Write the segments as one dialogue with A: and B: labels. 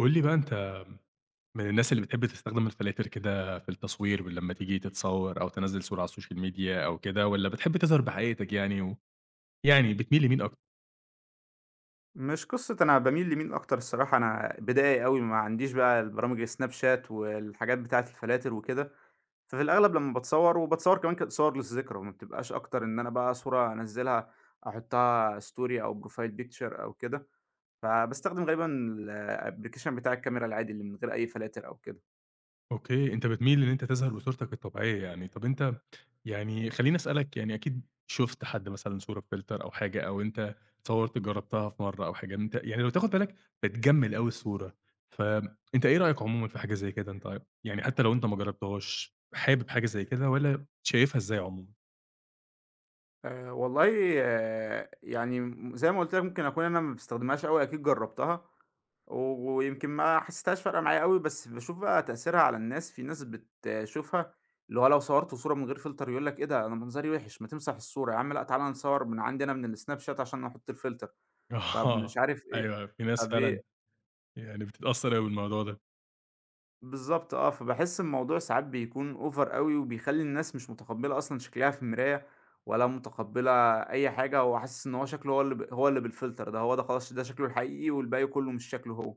A: قُل لي بقى أنت من الناس اللي بتحب تستخدم الفلاتر كده في التصوير لمّا تيجي تتصور أو تنزّل صورة على السوشيال ميديا أو كده، والّا بتحب تظهر بحقيقتك، يعني يعني بتميل لمين أكتر؟
B: مش قصة أنا باميل لمين أكتر الصراحة، أنا بدائي أوي ما عنديش بقى البرامج السناب شات والحاجات بتاعة الفلاتر وكده، ففي الأغلب لمّا باتصور وباتصور كمان كانت صور للذكرى ما بتبقاش أكتر إن أنا بقى صورة أنزّلها أحطها story أو profile picture أو كده، فباستخدم غالبًا الapplication بتاع الكاميرا العادي اللي من غير أي فلاتر أو كده.
A: أوكي، أنت بتميل إن أنت تظهر بصورتك الطبيعية، يعني. طَب أنت، يعني خلّيني أسألك، يعني أكيد شُفت حد مثلًا صورة بfilter أو حاجة، أو أنت جرّبتها في مرّة أو حاجة. أنت يعني لو تاخُد بالك بتجمّل أوي الصورة، فأنت إيه رأيك عمومًا في حاجة زي كده؟ أنت يعني حتّى لو أنت ما جرّبتهاش، حابب حاجة زي كده، والّا شايفها إزاي عمومًا؟
B: والله، يعني زي ما قُلت لك ممكن أكون أنا ما باستخدمهاش أوي، أكيد جرّبتها، و ويمكن ما حسيتهاش فارقة معايا أوي، بس باشوف بقى تأثيرها على الناس، في ناس بتشوفها اللي هو لو صوّرت صورة من غير فلتر يقول لك: "إيه ده، أنا منظري وِحِش، ما تمسح الصورة." يا عم لأ، تعالَ نصوّر من عندي أنا من الSnapchat عشان نحُط الفلتر. طَب مش
A: آه،
B: عارف إيه،
A: أيوه، في ناس
B: طَب
A: فعلًا
B: إيه
A: يعني بتتأثّر أوي بالموضوع ده،
B: بالضبط، آه، فباحس الموضوع ساعات بيكون over أوي، وبيخلّي الناس مش متقبّلة أصلًا شكلها في المراية، ولا متقبّلة أي حاجة، هو حاسس إن هو شكله هو اللي بالفلتر ده، هو ده خلاص، ده شكله الحقيقي والباقي كلّه مش شكله هو.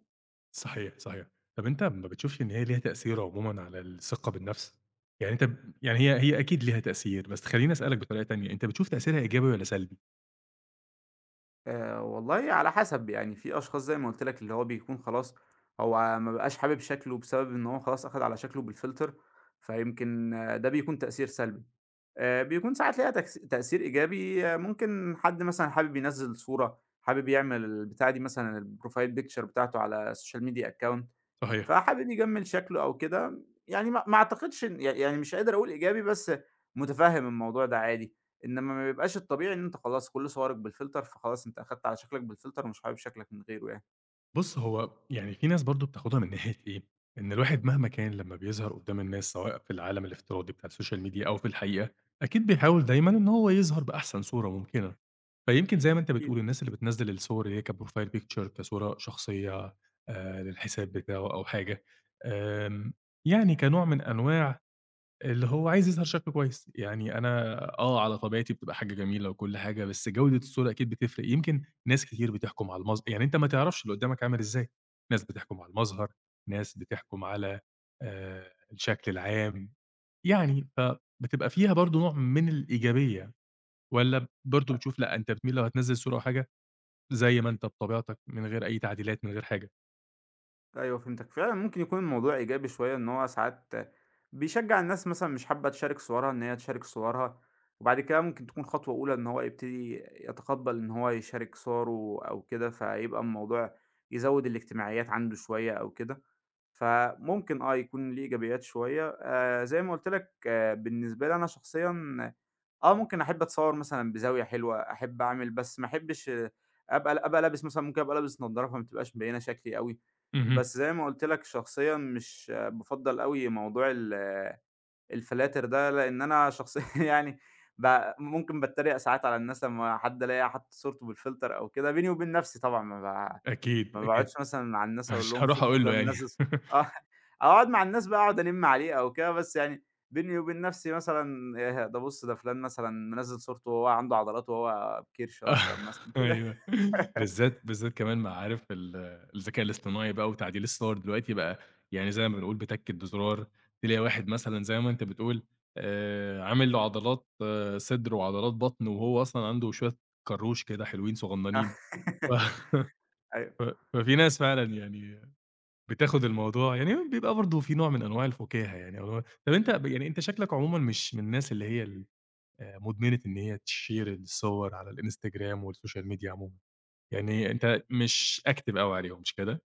A: صحيح، صحيح. طَب أنت ما بتشوفش إن هي ليها تأثير عمومًا على الثقة بالنَفْس؟ يعني أنت ب يعني هي أكيد ليها تأثير، بس خلّيني أسألك بطريقة تانية، أنت بتشوف تأثيرها إيجابي والّا سلبي؟
B: والله على حسب، يعني في أشخاص زي ما قُلت لك اللي هو بيكون خلاص هو ما بقاش حابب شكله بسبب إن هو خلاص أخَد على شكله بالfilter، فيمكن آه، ده بيكون تأثير سلبي. بيكون ساعات ليها تأثير إيجابي، آه، ممكن حد مثلًا حابب ينزّل صورة، حابب يعمل البتاعة دي مثلًا الprofile picture بتاعته على الsocial media account،
A: صحيح.
B: فحابب يجمّل شكله أو كده، يعني ما أعتقدش إن يعني مش قادر أقول إيجابي، بس مُتفهِّم الموضوع ده عادي، إنما ما بيبقاش الطبيعي إن أنت خلاص كل صورك بالفلتر، فخلاص أنت أخدت على شكلك بالفلتر ومش حابب شكلك من غيره يعني.
A: بُص، هو يعني في ناس برضه بتاخدها من ناحية إيه، إن الواحد مهما كان لمّا بيظهر قدّام الناس سواء في العالم الافتراضي بتاع السوشيال ميديا أو في الحقيقة، أكيد بيحاول دايمًا إن هو يظهر بأحسن صورة ممكنة. فيمكن زي ما أنت
B: أكيد.
A: بتقول الناس اللي بتنزّل الصور اللي هي كprofile picture، كصورة شخصية للحساب بتاعه أو حاجة، آمم يعني كنوع من أنواع اللي هو عايز يظهر شكله كويس. يعني أنا آه، على طبيعتي بتبقى حاجة جميلة وكل حاجة، بس جودة الصورة أكيد بتفرق، يمكن ناس كتير بتحكم على يعني أنت ما تعرفش اللي قدامك عامل إزاي، ناس بتحكم على المظهر، ناس بتحكم على الشكل العام، يعني فبتبقى فيها برضه نوع من الإيجابية، والّا برضه بتشوف لأ، أنت بتميل لو هتنزّل صورة أو حاجة زي ما أنت بطبيعتك من غير أي تعديلات، من غير حاجة؟
B: أيوه فهمتك، فعلًا ممكن يكون الموضوع إيجابي شوية، إن هو ساعات بيشجّع الناس مثلًا مش حابة تشارك صورها إن هي تشارك صورها، وبعد كده ممكن تكون خطوة أولى إن هو يبتدي يتقبّل إن هو يشارك صوره أو كده، فيبقى الموضوع يزوّد الاجتماعيات عنده شوية أو كده. فممكن آه، يكون ليه إيجابيات شوية، زي ما قُلت لك، آه، بالنسبة لي أنا شخصيًا آه، ممكن أحب أتصوّر مثلًا بزاوية حلوة، أحب أعمل، بس ما أحبش آه، أبقى لابس مثلًا، ممكن أبقى لابس نضارة فما تبقاش مبيّنة شكلي أوي،
A: اهم.
B: بس زي ما قُلت لك شخصيًا مش بافضّل أوي موضوع الفلاتر ده، لإن أنا شخصيًا يعني ممكن باتريق ساعات على الناس لمّا حد ألاقي حاطط صورته بالفلتر أو كده، بيني وبين نفسي طبعًا،
A: أكيد،
B: ما باقعدش
A: أكيد.
B: مثلًا مع الناس أقول
A: مش
B: لهم
A: هاروح
B: شوفوا
A: أقول له
B: فلان
A: يعني.
B: منزّل آه، أقعد مع الناس بقى أقعد أنِم عليه أو كده، بس يعني بيني وبين نفسي مثلًا، ده بُص، ده فلان مثلًا منزّل صورته وهو عنده عضلات وهو بكرش أصلًا مثلًا كده.
A: أيوه. بالذات، بالذات كمان مع عارف الذكاء الاصطناعي بقى وتعديل الصور دلوقتي بقى، يعني زي ما بنقول بتَكِّة بزرار. تلاقي واحد مثلًا زي ما أنت بتقول عامل له عضلات، آه، صدر وعضلات بطن، وهو أصلًا عنده شوية كروش كده حلوين صغننين.
B: آه،
A: ف
B: أيوه.
A: ف ففي ناس فعلًا يعني بتاخد الموضوع، يعني بيبقى برضه في نوع من أنواع الفُكاهة، يعني اللي هو طَب أنت ب يعني أنت شكلك عمومًا مش من الناس اللي هي ال مدمنة إن هي تشير الصور على الإنستجرام والسوشيال ميديا عمومًا. يعني أنت مش active أوي عليهم، مش كده؟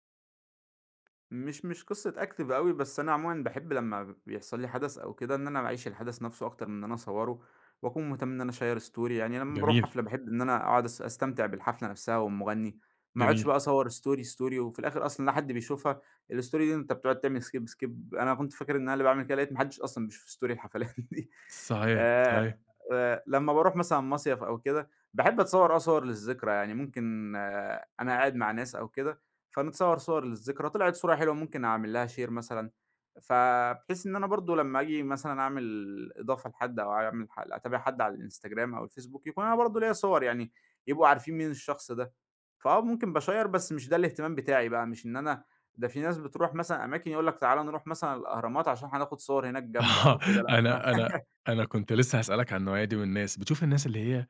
B: مش قصة أكتِب أوي، بس أنا عمومًا باحب لمّا بيحصل لي حدث أو كده إن أنا أعيش الحدث نَفْسه أكتر من إن أنا أصوّره وأكون مهتم إن أنا أشيّر story، يعني لمّا باروح
A: جميل،
B: حفلة باحب إن أنا أقعد أستمتع بالحفلة نَفْسها والمُغنّي، ما اقعدش
A: جميل.
B: بقى أصوّر story وفي الآخِر أصلًا لا حد بيشوفها، الstory دي أنت بتقعد تعمل skip. أنا كنت فاكر إن أنا اللي باعمل كده، لقيت ما حدش أصلًا بيشوف story الحفلات دي.
A: صحيح،
B: آآ،
A: صحيح.
B: لمّا باروح مثلًا مصيف أو كده، باحب أتصوّر آه صور للذكرى، يعني ممكن آه أنا قاعد مع ناس أو كده فنتصوّر صور للذكرى، طلعت صورة حلوة ممكن أعمل لها share مثلًا، فبحيث إن أنا برضه لمّا آجي مثلًا أعمل إضافة لحد أو أعمل أتابع حد على الإنستجرام أو الFacebook يكون أنا برضه ليّا صور، يعني يبقوا عارفين مين الشخص ده. فآه ممكن بashare، بس مش ده الاهتمام بتاعي بقى، مش إن أنا، ده في ناس بتروح مثلًا أماكن يقول لك تعالَ نروح مثلًا الأهرامات عشان هناخد صور هناك جامدة أو
A: آه.
B: كده، لأ أنا،
A: أنا أنا أنا كنت لسه هاسألك عن النوعية دي من الناس. بتشوف الناس اللي هي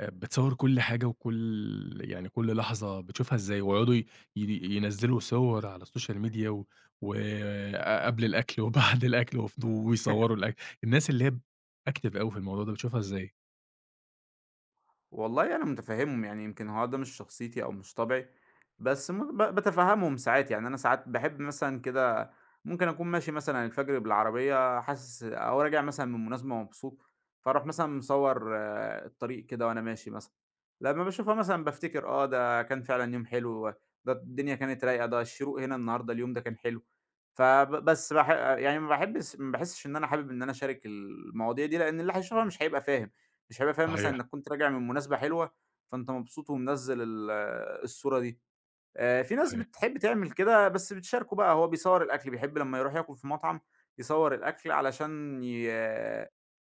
A: بتصوّر كل حاجة، وكل يعني كل لحظة، بتشوفها إزاي؟ ويقعدوا ي ي ينزّلوا صور على السوشيال ميديا، و وأ قبل الأكل وبعد الأكل، ويصوّروا الأكل. الناس اللي هي active أوي في الموضوع ده، بتشوفها إزاي؟
B: والله أنا متفهّمهم، يعني يمكن هو ده مش شخصيتي أو مش طبعي، بس م ب باتفهّمهم ساعات، يعني أنا ساعات باحب مثلًا كده، ممكن أكون ماشي مثلًا الفجر بالعربية حاسس أو راجع مثلًا من مناسبة مبسوط، فاروح مثلًا مصوّر آه، الطريق كده وأنا ماشي مثلًا، لمّا باشوفها مثلًا بافتكر آه، ده كان فعلًا يوم حلو، ده الدنيا كانت رايقة، ده الشروق هنا النهارده، اليوم ده كان حلو، بس يعني ما باحبش، ما باحسش إن أنا حابب إن أنا أشارك المواضيع دي، لإن اللي هيشوفها مش هيبقى فاهم. مش هيبقى فاهم مثلًا
A: صحيح،
B: إنك كنت راجع من مناسبة حلوة، فأنت مبسوط ومنزّل الصورة دي. في ناس
A: صحيح.
B: بتحب تعمل كده، بس بتشاركه بقى، هو بيصوّر الأكل، بيحب لمّا يروح ياكل في مطعم يصوّر الأكل علشان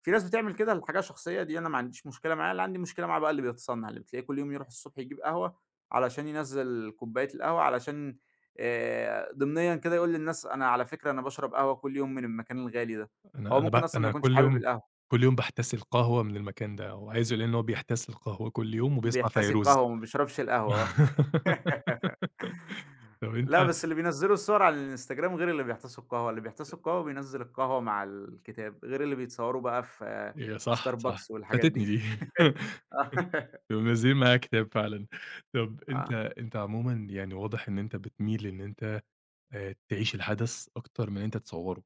B: في ناس بتعمل كده لحاجة شخصية، دي أنا ما عنديش مشكلة معاه، اللي عندي مشكلة معاه بقى اللي بيتصنّع، اللي بتلاقيه كل يوم يروح الصبح يجيب قهوة علشان ينزّل كوباية القهوة، علشان ضمنيًا كده يقول للناس أنا على فكرة أنا باشرب قهوة كل يوم من المكان الغالي ده، هو
A: أنا أنا
B: ممكن
A: ب
B: أصلًا ما
A: أنا
B: يكونش
A: كل
B: حابب
A: يوم،
B: القهوة.
A: كل يوم باحتسي القهوة من المكان ده، هو عايز يقول لي إن هو بيحتسي القهوة كل يوم وبيسمع
B: بيحتسي القهوة
A: فيروز.
B: وما بيشربش القهوة، آه.
A: طب أنت،
B: لأ، بس اللي بينزّلوا الصور على الإنستجرام غير اللي بيحتسوا القهوة، اللي بيحتسوا القهوة بينزّل القهوة مع الكتاب، غير اللي بيتصوروا بقى في
A: أيوه صح، صح،
B: Starbucks والحاجات
A: فاتتني
B: دي.
A: دي.
B: آه،
A: يقوموا منزّلين معاها كتاب فعلًا. طب
B: آه،
A: أنت عمومًا، يعني واضح إن أنت بتميل إن أنت تعيش الحدث أكتر من إن أنت تصوّره.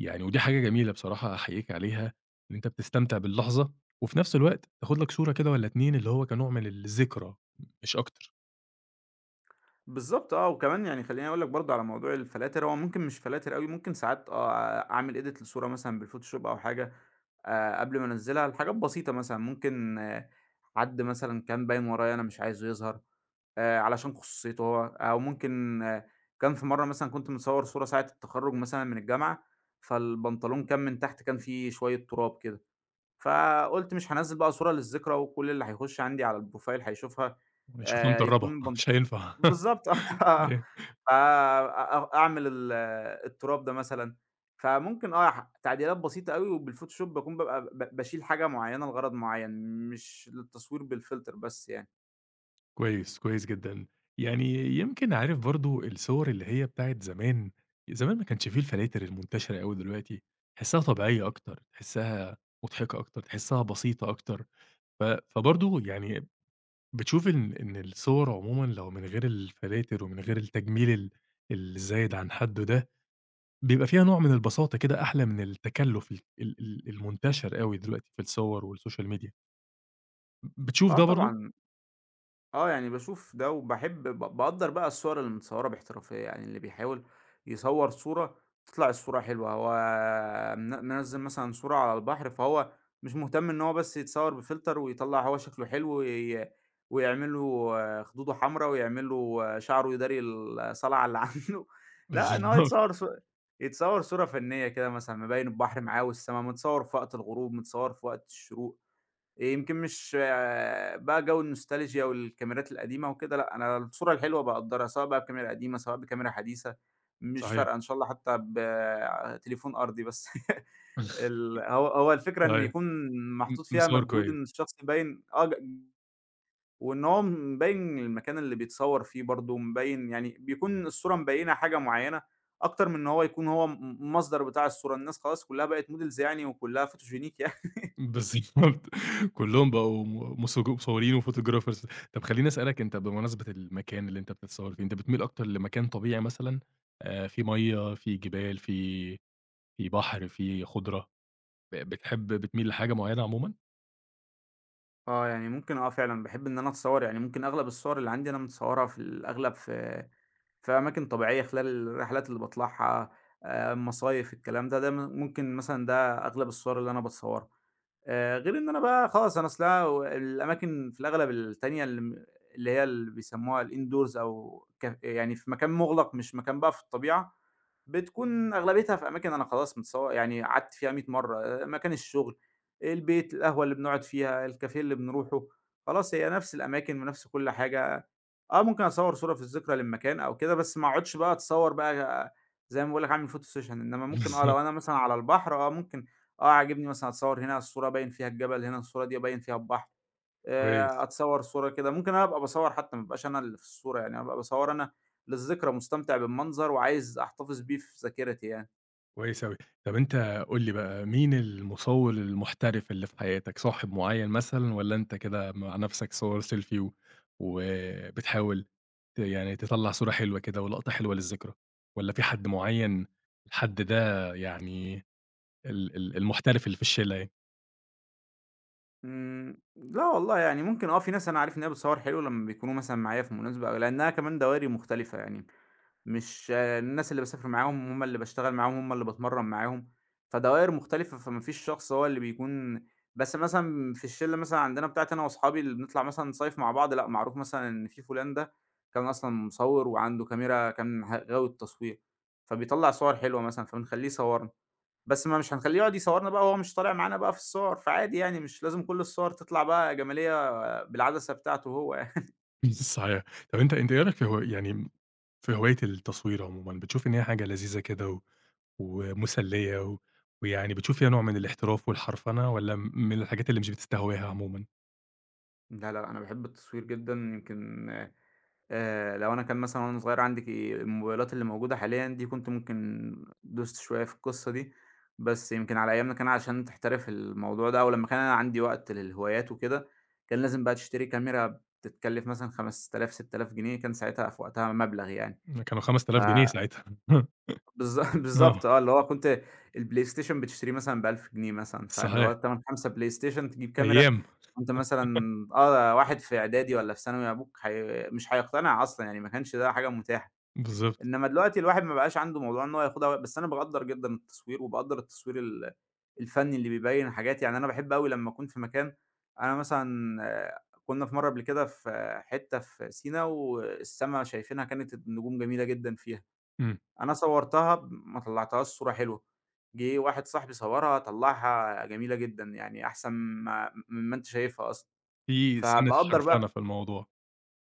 A: يعني ودي حاجة جميلة بصراحة أحييك عليها، إن أنت بتستمتع باللحظة وفي نفس الوقت تاخد لك صورة كده والّا 2، اللي هو كنوع من الذكرى، مش أكتر.
B: بالضبط، آه، وكمان يعني خلّيني أقول لك برضه على موضوع الفلاتر، هو ممكن مش فلاتر أوي، ممكن ساعات آه، أعمل edit لصورة مثلًا بالفوتوشوب أو حاجة، قبل ما أنزّلها لحاجات بسيطة مثلًا، ممكن آه حد مثلًا كان باين ورايا أنا مش عايزه يظهر. علشان خصوصيته هو، أو ممكن آه، كان في مرّة مثلًا كنت متصوّر صورة ساعة التخرُّج مثلًا من الجامعة، فالبنطلون كان من تحت كان فيه شوية تراب كده، فقُلت مش هانزّل بقى صورة للذكرى وكل اللي هيخُش عندي على الprofile هيشوفها،
A: شوفها مطرّبة
B: يكون البن
A: مش هينفع.
B: بالضبط، آه،
A: أيوه.
B: ف أ أعمل التراب ده مثلًا، فممكن آه تعديلات بسيطة أوي، وبالphotoshop باكون بابقى ب باشيل حاجة معيّنة لغرض معيّن، مش للتصوير بالfilter بس يعني.
A: كويس، كويس جدًا. يعني يمكن عارف برضه الصور اللي هي بتاعة زمان، زمان ما كانش في الفلاتر المنتشرة أوي دلوقتي، تحسّها طبيعية أكتر، تحسّها مضحكة أكتر، تحسّها بسيطة أكتر. ف فبرضه يعني بتشوف إن الصور عمومًا لو من غير الفلاتر ومن غير التجميل الزايد عن حدّه ده، بيبقى فيها نوع من البساطة كده أحلى من التكلُّف ال ال ال المنتشر أوي دلوقتي في الصور والسوشيال ميديا. بتشوف
B: آه
A: ده برضه؟
B: طبعًا. آه، يعني باشوف ده وباحب، باقدّر بقى الصور اللي متصوّرة باحترافية، يعني اللي بيحاول يصوّر صورة تطلع الصورة حلوة، هو من منزّل مثلًا صورة على البحر، فهو مش مهتم إن هو بس يتصوّر بفلتر ويطلّع هو شكله حلو ويعمل له آه، خدوده حمرا ويعمل له آه، شعره يداري الصلعة اللي عنده، لأ، إن هو
A: بالضبط.
B: يتصوّر صورة فنية كده مثلًا مبيّن البحر معاه والسما، متصوّر في وقت الغروب، متصوّر في وقت الشروق. يمكن مش آه، بقى جو النوستالجيا والكاميرات القديمة وكده، لأ، أنا الصورة الحلوة باقدّرها، سواء بقى بكاميرا قديمة، سواء بكاميرا حديثة، مش
A: صحيح.
B: فارقة إن شاء الله حتى بتليفون أرضي بس، ال هو هو الفكرة إن
A: صحيح.
B: يكون محطوط فيها
A: مصوّر
B: مجهود
A: كويس.
B: إن الشخص يبيّن آه، وإن هو مبيّن المكان اللي بيتصوّر فيه برضه، مبيّن يعني بيكون الصورة مبيّنة حاجة معيّنة، أكتر من إن هو يكون هو م المصدر بتاع الصورة، الناس خلاص كُلّها بقت models يعني، وكُلّها فوتوجينيك يعني.
A: بالضبط. كلّهم بقوا م مصوج مصورين وphotographers. طب خلّيني أسألك، أنت بمناسبة المكان اللي أنت بتتصوّر فيه، أنت بتميل أكتر لمكان طبيعي مثلًا، في مَيّة، في جبال، في بحر، في خُضرة؟ بتحب، بتميل لحاجة معيّنة عمومًا؟
B: آه، يعني ممكن آه فعلًا، باحب إن أنا أتصوّر، يعني ممكن أغلب الصور اللي عندي أنا متصوّرها في الأغلب في أماكن طبيعية خلال الرحلات اللي باطلعها، مصايف الكلام ده، ده ممكن مثلًا ده أغلب الصور اللي أنا باتصوّرها. غير إن أنا بقى خلاص أنا أصلها، الأماكن في الأغلب التانية اللي هي اللي بيسموها الindoors أو يعني في مكان مُغلق مش مكان بقى في الطبيعة، بتكون أغلبيتها في أماكن أنا خلاص يعني قعدت فيها 100 مرّة، آه، مكان الشغل، البيت، القهوة اللي بنقعد فيها، الكافيه اللي بنروحه، خلاص هي نفس الأماكن ونفس كل حاجة. آه ممكن أصوّر صورة في الذكرى للمكان أو كده، بس ما أقعدش بقى أتصوّر بقى زي ما باقول لك أعمل photo session، إنما ممكن آه لو أنا مثلًا على البحر آه ممكن آه، عاجبني مثلًا أتصوّر هنا على الصورة باين فيها الجبل، هنا الصورة دي باين فيها البحر،
A: كويس.
B: أتصوّر صورة كده، ممكن أنا أبقى باصوّر حتى ما ابقاش أنا اللي في الصورة يعني، أبقى باصوّر أنا للذكرى مستمتع بالمنظر وعايز أحتفظ بيه في ذاكرتي يعني.
A: كويس أوي. طب أنت قُل لي بقى، مين المصوّر المحترف اللي في حياتك؟ صاحب معيّن مثلًا، والّا أنت كده مع نَفْسك صور سيلفي وبتحاول يعني تطلّع صورة حلوة كده ولقطة حلوة للذكرى، والّا في حد معيّن، الحد ده يعني ال ال المحترف اللي في الشِلّة يعني؟
B: إمم، لا والله يعني ممكن آه، في ناس أنا عارف إن هي بتصوّر حلو لمّا بيكونوا مثلًا معايا في مناسبة، أو لأنها كمان دواري مختلفة يعني. مش آه، الناس اللي باسافر معاهم، هم اللي باشتغل معاهم، هم اللي باتمرّن معاهم، فدوائر مختلفة، فما فيش شخص هو اللي بيكون، بس مثلًا في الشلة مثلًا عندنا بتاعتي أنا وأصحابي اللي بنطلع مثلًا نصيف مع بعض، لأ معروف مثلًا إن في فلان ده كان أصلًا مصوّر وعنده كاميرا، كان غاوي التصوير، فبيطلّع صور حلوة مثلًا، فبنخلّيه يصوّرنا، بس ما مش هنخلّيه يقعد يصوّرنا بقى وهو مش طالع معانا بقى في الصور، فعادي يعني مش لازم كل الصور تطلع بقى جمالية بالعدسة بتاعته هو يعني.
A: صحيح. طب أنت إيه رأيك في، هو يعني في هواية التصوير عمومًا، بتشوف إن هي حاجة لذيذة كده ومُسليّة ويعني بتشوف فيها نوع من الاحتراف والحرفنة، والّا من الحاجات اللي مش بتستهواها عمومًا؟
B: لا، لا، أنا باحب التصوير جدًا، يمكن لو أنا كان مثلًا وأنا صغير عندي الموبايلات اللي موجودة حاليًا دي كنت ممكن دُست شوية في القصة دي، بس يمكن على أيامنا كان عشان تحترف الموضوع ده أو لمّا كان أنا عندي وقت للهوايات وكده، كان لازم بقى تشتري كاميرا بتتكلف مثلًا 5000، 6000 جنيه، كان ساعتها في وقتها مبلغ يعني.
A: إمم، كانوا
B: ف
A: 5000 جنيه ساعتها
B: بالض بالضبط،
A: آه،
B: آه، اللي هو كنت الPlayStation بتشتريه مثلًا ب1000 جنيه مثلًا، فاللي هو
A: صحيح،
B: تمن 5 PlayStation تجيب كاميرا.
A: أيام،
B: وأنت مثلًا آه، واحد في إعدادي والّا في ثانوي، أبوك هي مش هيقتنع أصلًا، يعني ما كانش ده حاجة متاحة.
A: بالضبط،
B: إنما دلوقتي الواحد ما بقاش عنده موضوع إن هو ياخدها، بس أنا باقدّر جدًا التصوير، وباقدّر التصوير الفني اللي بيبيّن حاجات، يعني أنا باحب أوي لمّا أكون في مكان، أنا مثلًا آه، كنّا في مرّة قبل كده في حتّة في سينا والسما شايفينها كانت النجوم جميلة جدًا فيها،
A: إمم،
B: أنا صوّرتها ما طلّعتهاش صورة حلوة، جِه واحد صاحبي صوّرها طلّعها جميلة جدًا، يعني أحسن ما مما أنت شايفها أصلًا،
A: في سِنّة
B: فباقدّر
A: حرفنة
B: بقى،
A: في الموضوع،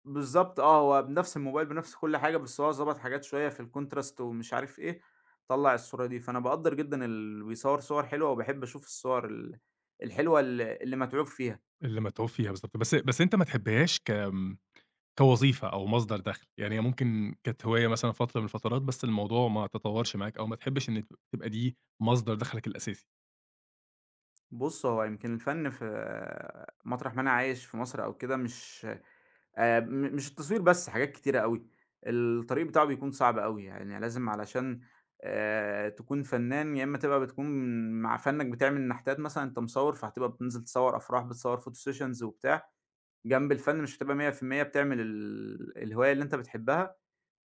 B: بالضبط آه، هو بنفس الموبايل بنفس كل حاجة، بس هو ضبط حاجات شوية في الcontrast ومش عارف إيه، طلّع الصورة دي، فأنا باقدّر جدًا اللي بيصوّر صور حلوة، وباحب أشوف الصور الحلوة اللي متعوب فيها.
A: اللي متعوب فيها بالضبط. بس أنت ما تحبهاش كوظيفة أو مصدر دخل، يعني هي ممكن كانت هواية مثلًا فترة من الفترات، بس الموضوع ما تطوّرش معاك أو ما تحبش إن تبقى دي مصدر دخلك الأساسي،
B: بُص، هو يمكن الفن في مطرح ما أنا عايش في مصر أو كده مش، مش التصوير بس، حاجات كتيرة أوي، الطريق بتاعه بيكون صعب أوي، يعني لازم علشان، تكون فنان يا إما تبقى بتكون مع فنّك بتعمل نحتات مثلًا، أنت مصوّر، فهتبقى بتنزل تصوّر أفراح، بتصوّر photo sessions وبتاع، جنب الفن مش هتبقى 100% بتعمل الهواية اللي أنت بتحبها،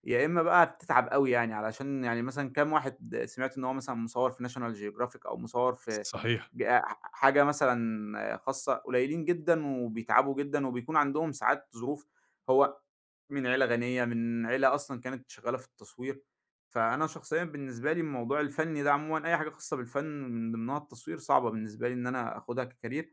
B: يا إمّا بقى هتتعب أوي يعني، علشان يعني مثلًا كام واحد سمعت إن هو مثلًا مُصوّر في National Geographic أو مُصوّر في
A: صحيح.
B: ج ح حاجة مثلًا خاصة، قليلين جدًا وبيتعبوا جدًا وبيكون عندهم ساعات ظروف، هو من عيلة غنية، من عيلة أصلًا كانت شغّالة في التصوير، فأنا شخصيًا بالنسبة لي الموضوع الفني ده عمومًا أي حاجة خاصة بالفن من ضمنها التصوير صعبة بالنسبة لي إن أنا آخُدها كcareer،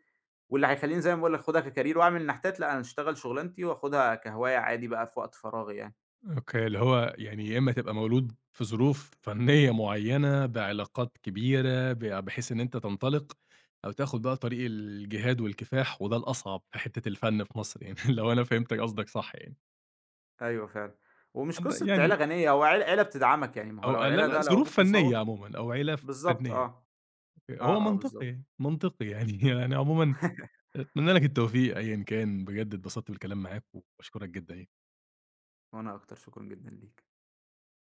B: واللي هيخلّيني زي ما باقول لك آخُدها كcareer وأعمل نحتات، لأ، أنا أشتغل شُغلانتي وآخُدها كهواية عادي بقى في وقت فراغي يعني.
A: أوكي، اللي هو يعني يا إمّا تبقى مولود في ظروف فنية معيّنة، بعلاقات كبيرة، بحيث إن أنت تنطلق، أو تاخد بقى طريق الجهاد والكفاح، وده الأصعب في حتّة الفن في مصر يعني. لو أنا فهمت قصدك صح يعني.
B: أيوه فعلًا، ومش
A: عند
B: قصة عيلة
A: يعني،
B: غنية، هو عيلة بتدعمك، يعني ما هو
A: أو
B: لو
A: آه، لا،
B: العيلة
A: لأ،
B: ده لو
A: ظروف
B: أبوك مصوّت،
A: فنية عمومًا أو عيلة
B: بالضبط
A: فنية،
B: آه،
A: هو
B: آه، آه بالضبط،
A: منطقي، منطقي يعني. يعني عمومًا أتمنى لك التوفيق أيًا كان، بجد اتبسطت بالكلام معاك وباشكرك جدًا يعني.
B: وأنا أكتر، شكرًا جدًا ليك.